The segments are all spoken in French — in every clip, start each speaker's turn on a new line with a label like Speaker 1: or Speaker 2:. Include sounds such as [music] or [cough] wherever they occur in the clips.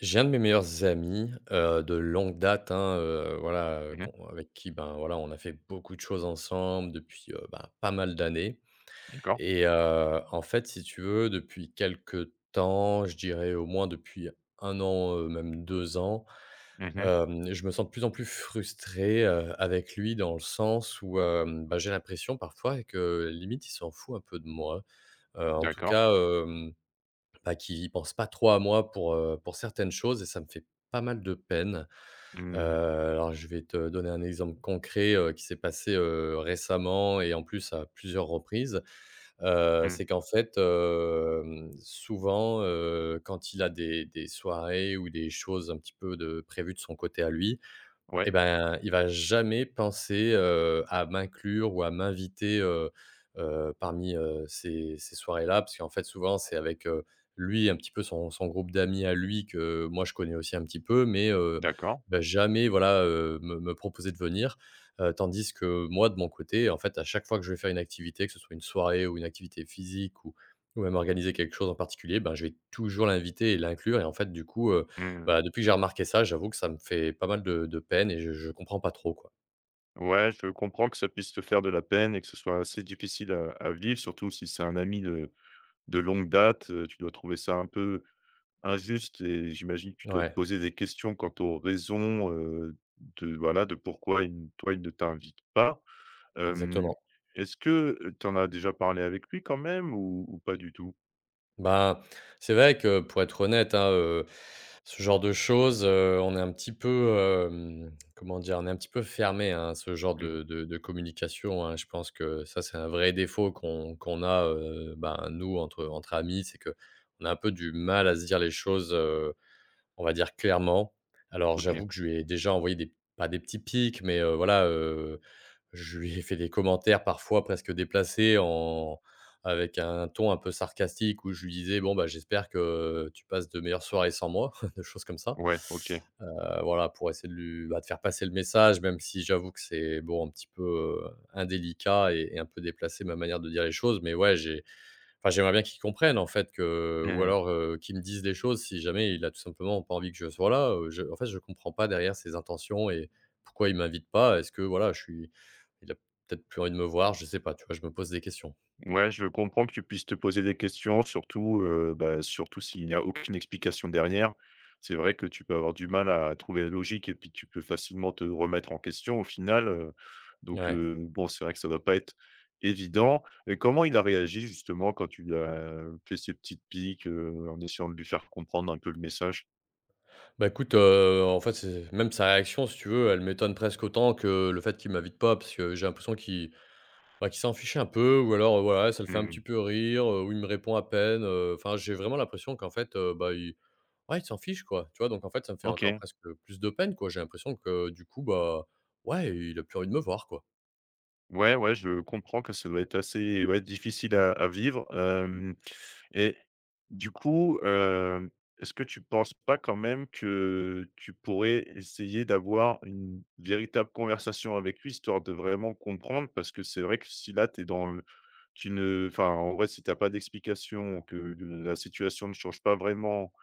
Speaker 1: J'ai un de mes meilleurs amis, de longue date, hein, voilà,
Speaker 2: Mmh mh.
Speaker 1: qu'on avec qui, ben, voilà, on a fait beaucoup de choses ensemble depuis, ben, pas mal d'années
Speaker 2: D'accord.
Speaker 1: et en fait, si tu veux, depuis quelque temps, je dirais au moins depuis un an, même 2 ans,
Speaker 2: Mmh mh.
Speaker 1: je me sens de plus en plus frustré, avec lui dans le sens où, bah, j'ai l'impression parfois que limite il s'en fout un peu de moi. En tout
Speaker 2: D'accord.
Speaker 1: cas, hem bah, qui pensent pas trop à moi pour certaines choses et ça me fait pas mal de peine. Heu,
Speaker 2: Mmh.
Speaker 1: alors je vais te donner un exemple concret, qui s'est passé, récemment et en plus à plusieurs reprises. Heu,
Speaker 2: Mmh.
Speaker 1: c'est qu'en fait, souvent, quand il a des soirées ou des choses un petit peu de prévues de son côté à lui,
Speaker 2: Ouais,
Speaker 1: et ben, il va jamais penser, à m'inclure ou à m'inviter, parmi, ces soirées-là. Parce qu'en fait, souvent, c'est avec, lui, un petit peu son groupe d'amis à lui que moi je connais aussi un petit peu, mais
Speaker 2: d'accord.
Speaker 1: il va jamais, voilà, me proposer de venir. Tandis que moi, de mon côté, en fait, à chaque fois que je vais faire une activité, que ce soit une soirée ou une activité physique ou même organiser quelque chose en particulier, ben, je vais toujours l'inviter et l'inclure et en fait, du coup,
Speaker 2: Mmh.
Speaker 1: bah, depuis que j'ai remarqué ça, j'avoue que ça me fait pas mal de peine et je comprends pas trop, quoi.
Speaker 2: Ouais, je comprends que ça puisse te faire de la peine et que ce soit assez difficile à vivre, surtout si c'est un ami de longue date, tu dois trouver ça un peu injuste et j'imagine que tu dois te
Speaker 1: Ouais,
Speaker 2: poser des questions quant aux raisons, de voilà, de pourquoi il n toi, il ne t'invite pas. Hem,
Speaker 1: exactement.
Speaker 2: est-ce que, tu en as déjà parlé avec lui quand même ou pas du tout?
Speaker 1: Bah, c'est vrai que pour être honnête, hein, ce genre de choses, on est un petit peu, comment dire? On est un petit peu fermé, hein, à ce genre
Speaker 2: Mmh.
Speaker 1: de communication, hein. Je pense que ça, c'est un vrai défaut qu'on a, ben, nous, entre amis, c'est qu'on a un peu du mal à se dire les choses, on va dire clairement. Alors
Speaker 2: OK.
Speaker 1: j'avoue que je lui ai déjà envoyé des pas des petits pics, mais voilà, je lui ai fait des commentaires parfois presque déplacés en avec un ton un peu sarcastique où je lui disais: «Bon, bah, j'espère que tu passes de meilleures soirées sans moi», [laughs] des choses comme ça.
Speaker 2: Ouais, OK.
Speaker 1: Voilà, pour essayer de lui bah, de faire passer le message, même si j'avoue que c'est bon, un petit peu, indélicat et un peu déplacé ma manière de dire les choses. Mais ouais, j'ai Enfin, j'aimerais bien qu'il comprenne en fait que ou
Speaker 2: Mmh.
Speaker 1: alors, qu'il me dise des choses si jamais il a tout simplement pas envie que je sois là, je en fait, je comprends pas derrière ses intentions et pourquoi il m'invite pas. Est-ce que voilà, je suis il a peut-être plus envie de me voir, je sais pas, tu vois? Je me pose des questions.
Speaker 2: Ouais, je comprends que tu puisses te poser des questions, surtout, bah, surtout s'il n'y a aucune explication derrière. C'est vrai que tu peux avoir du mal à trouver la logique et puis tu peux facilement te remettre en question au final, donc
Speaker 1: Ouais.
Speaker 2: bon, c'est vrai que ça ne va pas être évident et comment il a réagi justement quand tu lui as fait ces petites piques, en essayant de lui faire comprendre un peu le message?
Speaker 1: Bah, écoute, en fait, c'est même sa réaction si tu veux, elle m'étonne presque autant que le fait qu'il m'invite pas parce que j'ai l'impression qu'il, bah, qu'il s'en fichait un peu ou alors, voilà, ça le fait un
Speaker 2: Mmh,
Speaker 1: petit peu rire, ou il me répond à peine, enfin, j'ai vraiment l'impression qu'en fait, bah, il ouais, ils s'en fichent, quoi, tu vois? Donc en fait, ça me fait encore
Speaker 2: OK.
Speaker 1: presque plus de peine, quoi. J'ai l'impression que du coup, bah, ouais, il a plus envie de me voir, quoi.
Speaker 2: Ouais, ouais, je comprends que ça doit être assez ouais, difficile à vivre, hem Et du coup, est-ce que tu penses pas quand même que tu pourrais essayer d'avoir une véritable conversation avec lui, histoire de vraiment comprendre? Parce que c'est vrai que si là, tu es dans le tu ne enfin, en vrai, si tu as pas d'explication, que le la situation ne change pas vraiment,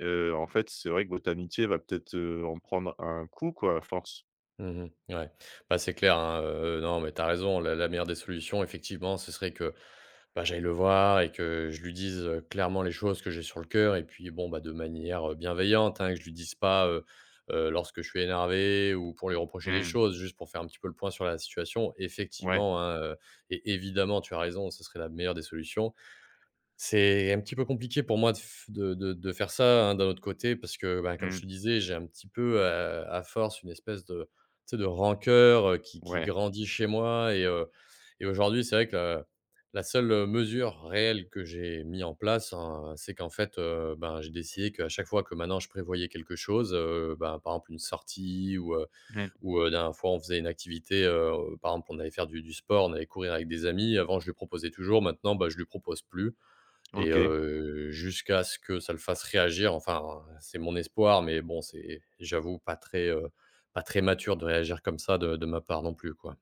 Speaker 2: en fait, c'est vrai que votre amitié va peut-être, en prendre un coup, quoi, à force.
Speaker 1: Mmh. Ouais. Bah, c'est clair, hein, non, mais t'as raison. La meilleure des solutions, effectivement, ce serait que, bah, j'aille le voir et que je lui dise, clairement les choses que j'ai sur le cœur et puis, bon, bah, de manière, bienveillante, hein, que je lui dise pas, lorsque je suis énervé ou pour lui reprocher des
Speaker 2: Mmh,
Speaker 1: choses, juste pour faire un petit peu le point sur la situation.
Speaker 2: ouais,
Speaker 1: Effectivement, hein, et évidemment, tu as raison, ce serait la meilleure des solutions. C'est un petit peu compliqué pour moi de f de faire ça, hein, d'un autre côté, parce que, bah, comme je
Speaker 2: mmh,
Speaker 1: te disais, j'ai un petit peu, à force, une espèce de, tu sais, de rancœur, qui
Speaker 2: ouais,
Speaker 1: grandit chez moi et aujourd'hui, c'est vrai que la seule, mesure réelle que j'ai mis en place, hein, c'est qu'en fait, ben, j'ai décidé qu'à chaque fois que maintenant je prévoyais quelque chose, ben, par exemple une sortie
Speaker 2: mmh,
Speaker 1: ou dernière fois, on faisait une activité, par exemple, on allait faire du sport, on allait courir avec des amis. Avant, je lui proposais toujours, maintenant, bah, je lui propose plus et
Speaker 2: OK.
Speaker 1: jusqu'à ce que ça le fasse réagir, enfin, c'est mon espoir, mais bon, c'est j'avoue pas très, pas très mature de réagir comme ça de ma part non plus, quoi.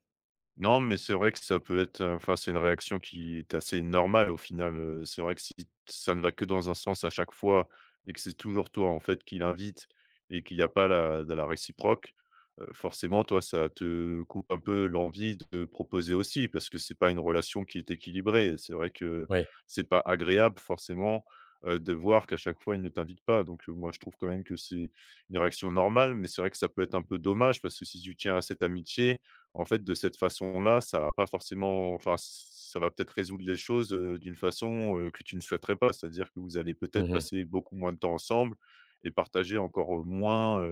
Speaker 2: Non, mais c'est vrai que ça peut être, enfin, c'est une réaction qui est assez normale au final, c'est vrai que si ça ne va que dans un sens à chaque fois et que c'est toujours toi, en fait, qui l'invite et qu'il n'y a pas la de la réciproque, forcément, toi, ça te coupe un peu l'envie de proposer aussi parce que c'est pas une relation qui est équilibrée. C'est vrai que
Speaker 1: Oui.
Speaker 2: c'est pas agréable forcément, de voir qu'à chaque fois, il ne t'invite pas donc moi, je trouve quand même que c'est une réaction normale, mais c'est vrai que ça peut être un peu dommage parce que si tu tiens à cette amitié en fait, de cette façon-là, ça va pas forcément enfin, ça va peut-être résoudre les choses, d'une façon, que tu ne souhaiterais pas. C'est-à-dire que vous allez peut-être
Speaker 1: Mmh.
Speaker 2: passer beaucoup moins de temps ensemble et partager encore, moins,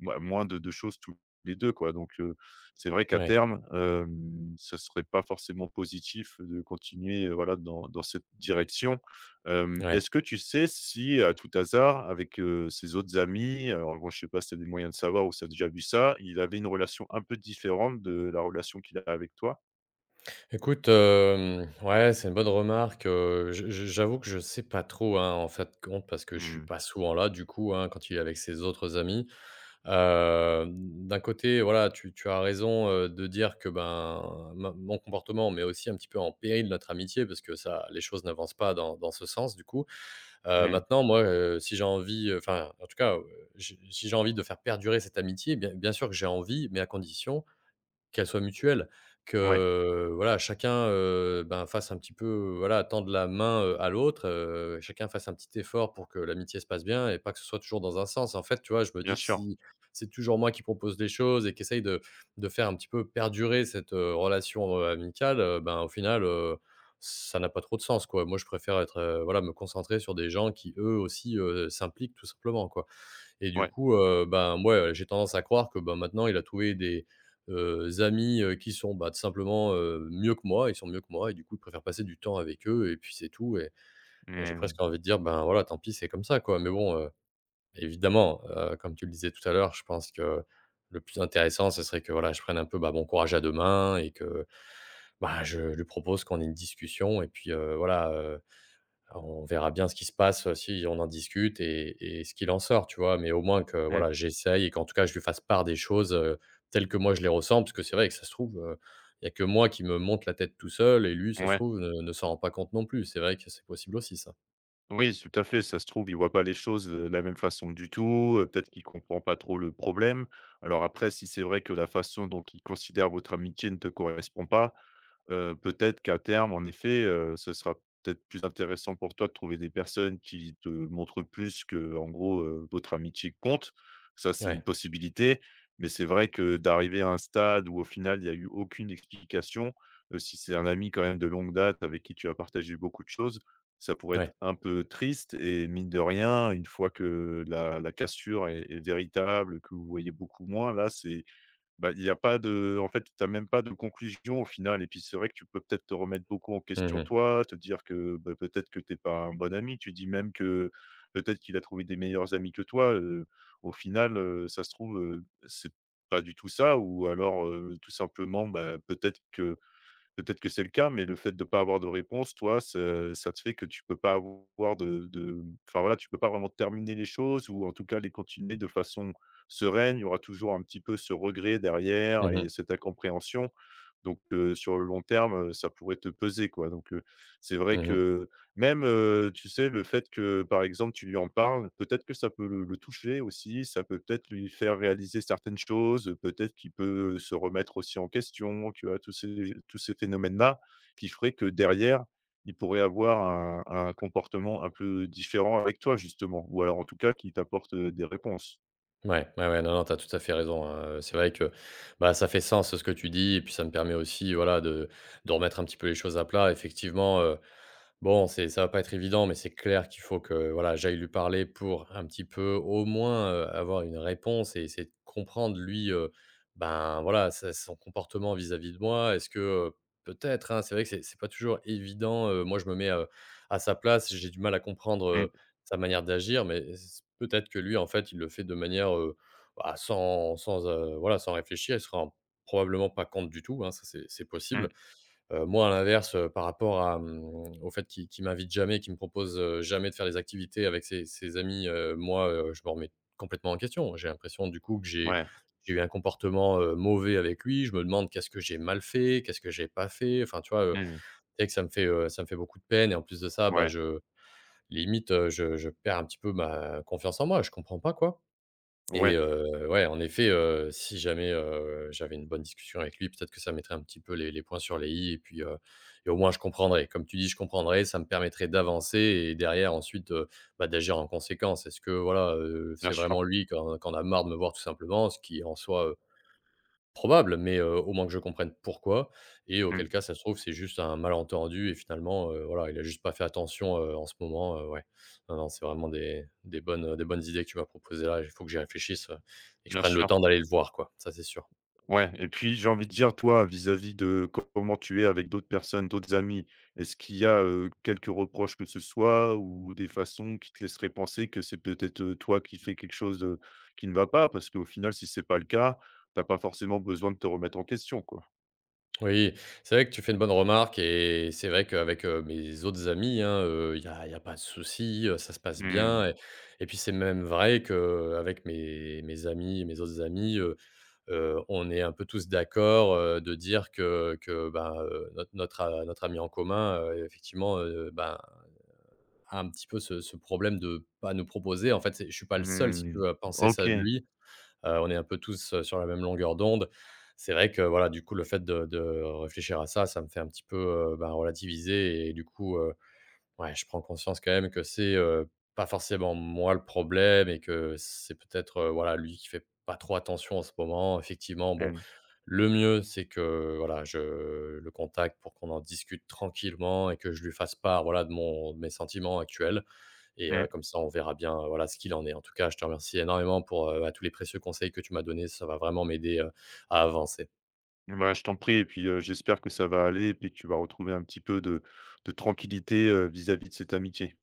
Speaker 2: mouais, moins de 2 choses tous les 2 quoi, donc c'est vrai qu'à
Speaker 1: Ouais,
Speaker 2: terme, ce serait pas forcément positif de continuer, voilà, dans cette direction. Hem,
Speaker 1: ouais.
Speaker 2: est-ce que tu sais si, à tout hasard, avec, ses autres amis, alors bon, je sais pas si tu as des moyens de savoir ou si tu as déjà vu ça, il avait une relation un peu différente de la relation qu'il a avec toi?
Speaker 1: Écoute, ouais, c'est une bonne remarque, je j'avoue que je sais pas trop, hein, en fait, compte parce que je suis
Speaker 2: Mmh.
Speaker 1: pas souvent là, du coup, hein, quand il est avec ses autres amis. D'un côté, voilà, tu as raison, de dire que, ben, ma mon comportement met aussi un petit peu en péril notre amitié parce que ça les choses n'avancent pas dans ce sens du coup. Heu,
Speaker 2: Mmh.
Speaker 1: maintenant moi, si j'ai envie, enfin, en tout cas, j'ai si j'ai envie de faire perdurer cette amitié, bien bien sûr que j'ai envie, mais à condition qu'elle soit mutuelle,
Speaker 2: Ouais,
Speaker 1: que voilà, chacun, ben, fasse un petit peu, voilà, tende la main, à l'autre, chacun fasse un petit effort pour que l'amitié se passe bien et pas que ce soit toujours dans un sens. En fait, tu vois, je me
Speaker 2: bien
Speaker 1: dis que
Speaker 2: sûr.
Speaker 1: si c'est toujours moi qui propose les choses et qui essaye de faire un petit peu perdurer cette, relation, amicale, ben, au final, ça n'a pas trop de sens, quoi. Moi, je préfère être, voilà, me concentrer sur des gens qui, eux aussi, s'impliquent tout simplement, quoi. Et du
Speaker 2: Ouais.
Speaker 1: coup, ben, moi, j'ai tendance à croire que, ben maintenant il a trouvé des, amis, qui sont, bah, tout simplement, mieux que moi. Ils sont mieux que moi et du coup, il préfère passer du temps avec eux et puis c'est tout et j'ai
Speaker 2: Mmh.
Speaker 1: presque envie de dire: «Ben, voilà, tant pis, c'est comme ça, quoi». Mais bon, évidemment, comme tu le disais tout à l'heure, je pense que le plus intéressant, ce serait que, voilà, je prenne un peu, bah, mon courage à 2 mains et que, bah, je lui propose qu'on ait une discussion et puis, voilà, on verra bien ce qui se passe, si on en discute et ce qu'il en sort, tu vois? Mais au moins que,
Speaker 2: Mmh.
Speaker 1: voilà, j'essaye et qu'en tout cas, je lui fasse part des choses, telles que moi je les ressens. Parce que c'est vrai que ça se trouve, il y a que moi qui me monte la tête tout seul et lui, ça se
Speaker 2: Ouais.
Speaker 1: trouve, ne s'en rend pas compte non plus. C'est vrai que c'est possible aussi ça.
Speaker 2: Oui, tout à fait, ça se trouve, il voit pas les choses, de la même façon du tout, peut-être qu'il comprend pas trop le problème. Alors après, si c'est vrai que la façon dont il considère votre amitié ne te correspond pas, peut-être qu'à terme, en effet, ce sera peut-être plus intéressant pour toi de trouver des personnes qui te montrent plus que en gros, votre amitié compte. Ça, c'est une
Speaker 1: Ouais,
Speaker 2: possibilité, mais c'est vrai que d'arriver à un stade où au final, il y a eu aucune explication, si c'est un ami quand même de longue date avec qui tu as partagé beaucoup de choses, ça pourrait être
Speaker 1: ouais.
Speaker 2: un peu triste et mine de rien, une fois que la cassure est véritable, que vous vous voyez beaucoup moins, là, c'est bah, il y a pas de en fait, tu as même pas de conclusion au final et puis c'est vrai que tu peux peut-être te remettre beaucoup en
Speaker 1: Mmh
Speaker 2: question
Speaker 1: mh.
Speaker 2: toi, te dire que, bah, peut-être que tu es pas un bon ami. Tu dis même que peut-être qu'il a trouvé des meilleurs amis que toi, au final, ça se trouve, c'est pas du tout ça ou alors, tout simplement, bah, peut-être que c'est le cas, mais le fait de ne pas avoir de réponse, toi, ce ça te fait que tu peux pas avoir de enfin, voilà, tu peux pas vraiment terminer les choses ou en tout cas les continuer de façon sereine. Il y aura toujours un petit peu ce regret derrière et
Speaker 1: Mmh.
Speaker 2: cette incompréhension. Donc, sur le long terme, ça pourrait te peser, quoi. Donc, c'est vrai
Speaker 1: Mmh.
Speaker 2: que même, tu sais, le fait que, par exemple, tu lui en parles, peut-être que ça peut le toucher aussi, ça peut peut-être lui faire réaliser certaines choses, peut-être qu'il peut se remettre aussi en question, tu vois? Tous ces phénomènes-là qui feraient que derrière, il pourrait avoir un comportement un peu différent avec toi justement ou alors en tout cas qui t'apporte, des réponses.
Speaker 1: Ouais, ouais, ouais, non, non, t'as tout à fait raison, hein, c'est vrai que, bah, ça fait sens ce que tu dis et puis ça me permet aussi, voilà, de remettre un petit peu les choses à plat. Effectivement, bon, c'est ça va pas être évident, mais c'est clair qu'il faut que, voilà, j'aille lui parler pour un petit peu, au moins, avoir une réponse et essayer de comprendre lui, ben, voilà, sa son comportement vis-à-vis de moi. Est-ce que, peut-être, hein, c'est vrai que c'est pas toujours évident, moi je me mets, à sa place, j'ai du mal à comprendre,
Speaker 2: Mmh,
Speaker 1: sa manière d'agir, mais c peut-être que lui, en fait, il le fait de manière, bah, sans sans, voilà, sans réfléchir. Il se rend probablement pas compte du tout, hein, ça c'est
Speaker 2: mmh,
Speaker 1: possible. Moi, à l'inverse, par rapport à, au fait qu'il m'invite jamais, qu'il me propose, jamais de faire des activités avec ses amis, moi, je me remets complètement en question. J'ai l'impression du coup que j'ai
Speaker 2: ouais,
Speaker 1: j'ai eu un comportement, mauvais avec lui. Je me demande qu'est-ce que j'ai mal fait? Qu'est-ce que j'ai pas fait? Enfin, tu vois,
Speaker 2: mmh,
Speaker 1: c'est vrai que ça me fait beaucoup de peine et en plus de ça, bah,
Speaker 2: ouais,
Speaker 1: je limite, je perds un petit peu ma confiance en moi, je comprends pas, quoi et
Speaker 2: ouais,
Speaker 1: ouais, en effet, si jamais, j'avais une bonne discussion avec lui, peut-être que ça mettrait un petit peu les points sur les i et puis, et au moins je comprendrais. Comme tu dis, je comprendrais, ça me permettrait d'avancer et derrière ensuite, bah, d'agir en conséquence. Est-ce que voilà,
Speaker 2: bien
Speaker 1: c'est
Speaker 2: sûr,
Speaker 1: vraiment lui qui en a marre de me voir tout simplement, ce qui en soi, probable, mais au moins que je comprenne pourquoi et auquel
Speaker 2: mmh,
Speaker 1: cas ça se trouve c'est juste un malentendu et finalement, voilà, il a juste pas fait attention, en ce moment, ouais. Non, non, c'est vraiment des bonnes, des bonnes idées que tu m'as proposées là, il faut que j'y réfléchisse, et que je
Speaker 2: bien
Speaker 1: prenne le
Speaker 2: sûr.
Speaker 1: temps d'aller le voir quoi, ça c'est sûr.
Speaker 2: Ouais, et puis j'ai envie de dire, toi, vis-à-vis de comment tu es avec d'autres personnes, d'autres amis, est-ce qu'il y a, quelques reproches que ce soit ou des façons qui te laisseraient penser que c'est peut-être, toi qui fais quelque chose, qui ne va pas? Parce qu'au final, si c'est pas le cas, t'as pas forcément besoin de te remettre en question, quoi.
Speaker 1: Oui, c'est vrai que tu fais une bonne remarque et c'est vrai qu'avec, mes autres amis, hein, il y a pas de souci, ça se passe
Speaker 2: Mmh,
Speaker 1: bien et puis c'est même vrai qu'avec mes autres amis, on est un peu tous d'accord, de dire que, ben, notre ami en commun, effectivement, ben, a un petit peu ce problème de pas nous proposer. En fait, c'est je suis pas le seul, si tu
Speaker 2: mmh,
Speaker 1: veux, à penser
Speaker 2: OK.
Speaker 1: ça de lui. On est un peu tous, sur la même longueur d'onde. C'est vrai que, voilà, du coup, le fait de réfléchir à ça, ça me fait un petit peu, ben, relativiser et du coup, ouais, je prends conscience quand même que c'est, pas forcément moi le problème et que c'est peut-être, voilà, lui qui fait pas trop attention en ce moment. Effectivement, bon,
Speaker 2: Mmh,
Speaker 1: le mieux, c'est que, voilà, je le contacte pour qu'on en discute tranquillement et que je lui fasse part, voilà, de mes sentiments actuels et
Speaker 2: mmh.
Speaker 1: comme ça, on verra bien, voilà, ce qu'il en est. En tout cas, je te remercie énormément pour, bah, tous les précieux conseils que tu m'as donnés. Ça va vraiment m'aider, à avancer.
Speaker 2: Bah, je t'en prie et puis, j'espère que ça va aller et puis que tu vas retrouver un petit peu de tranquillité, vis-à-vis de cette amitié.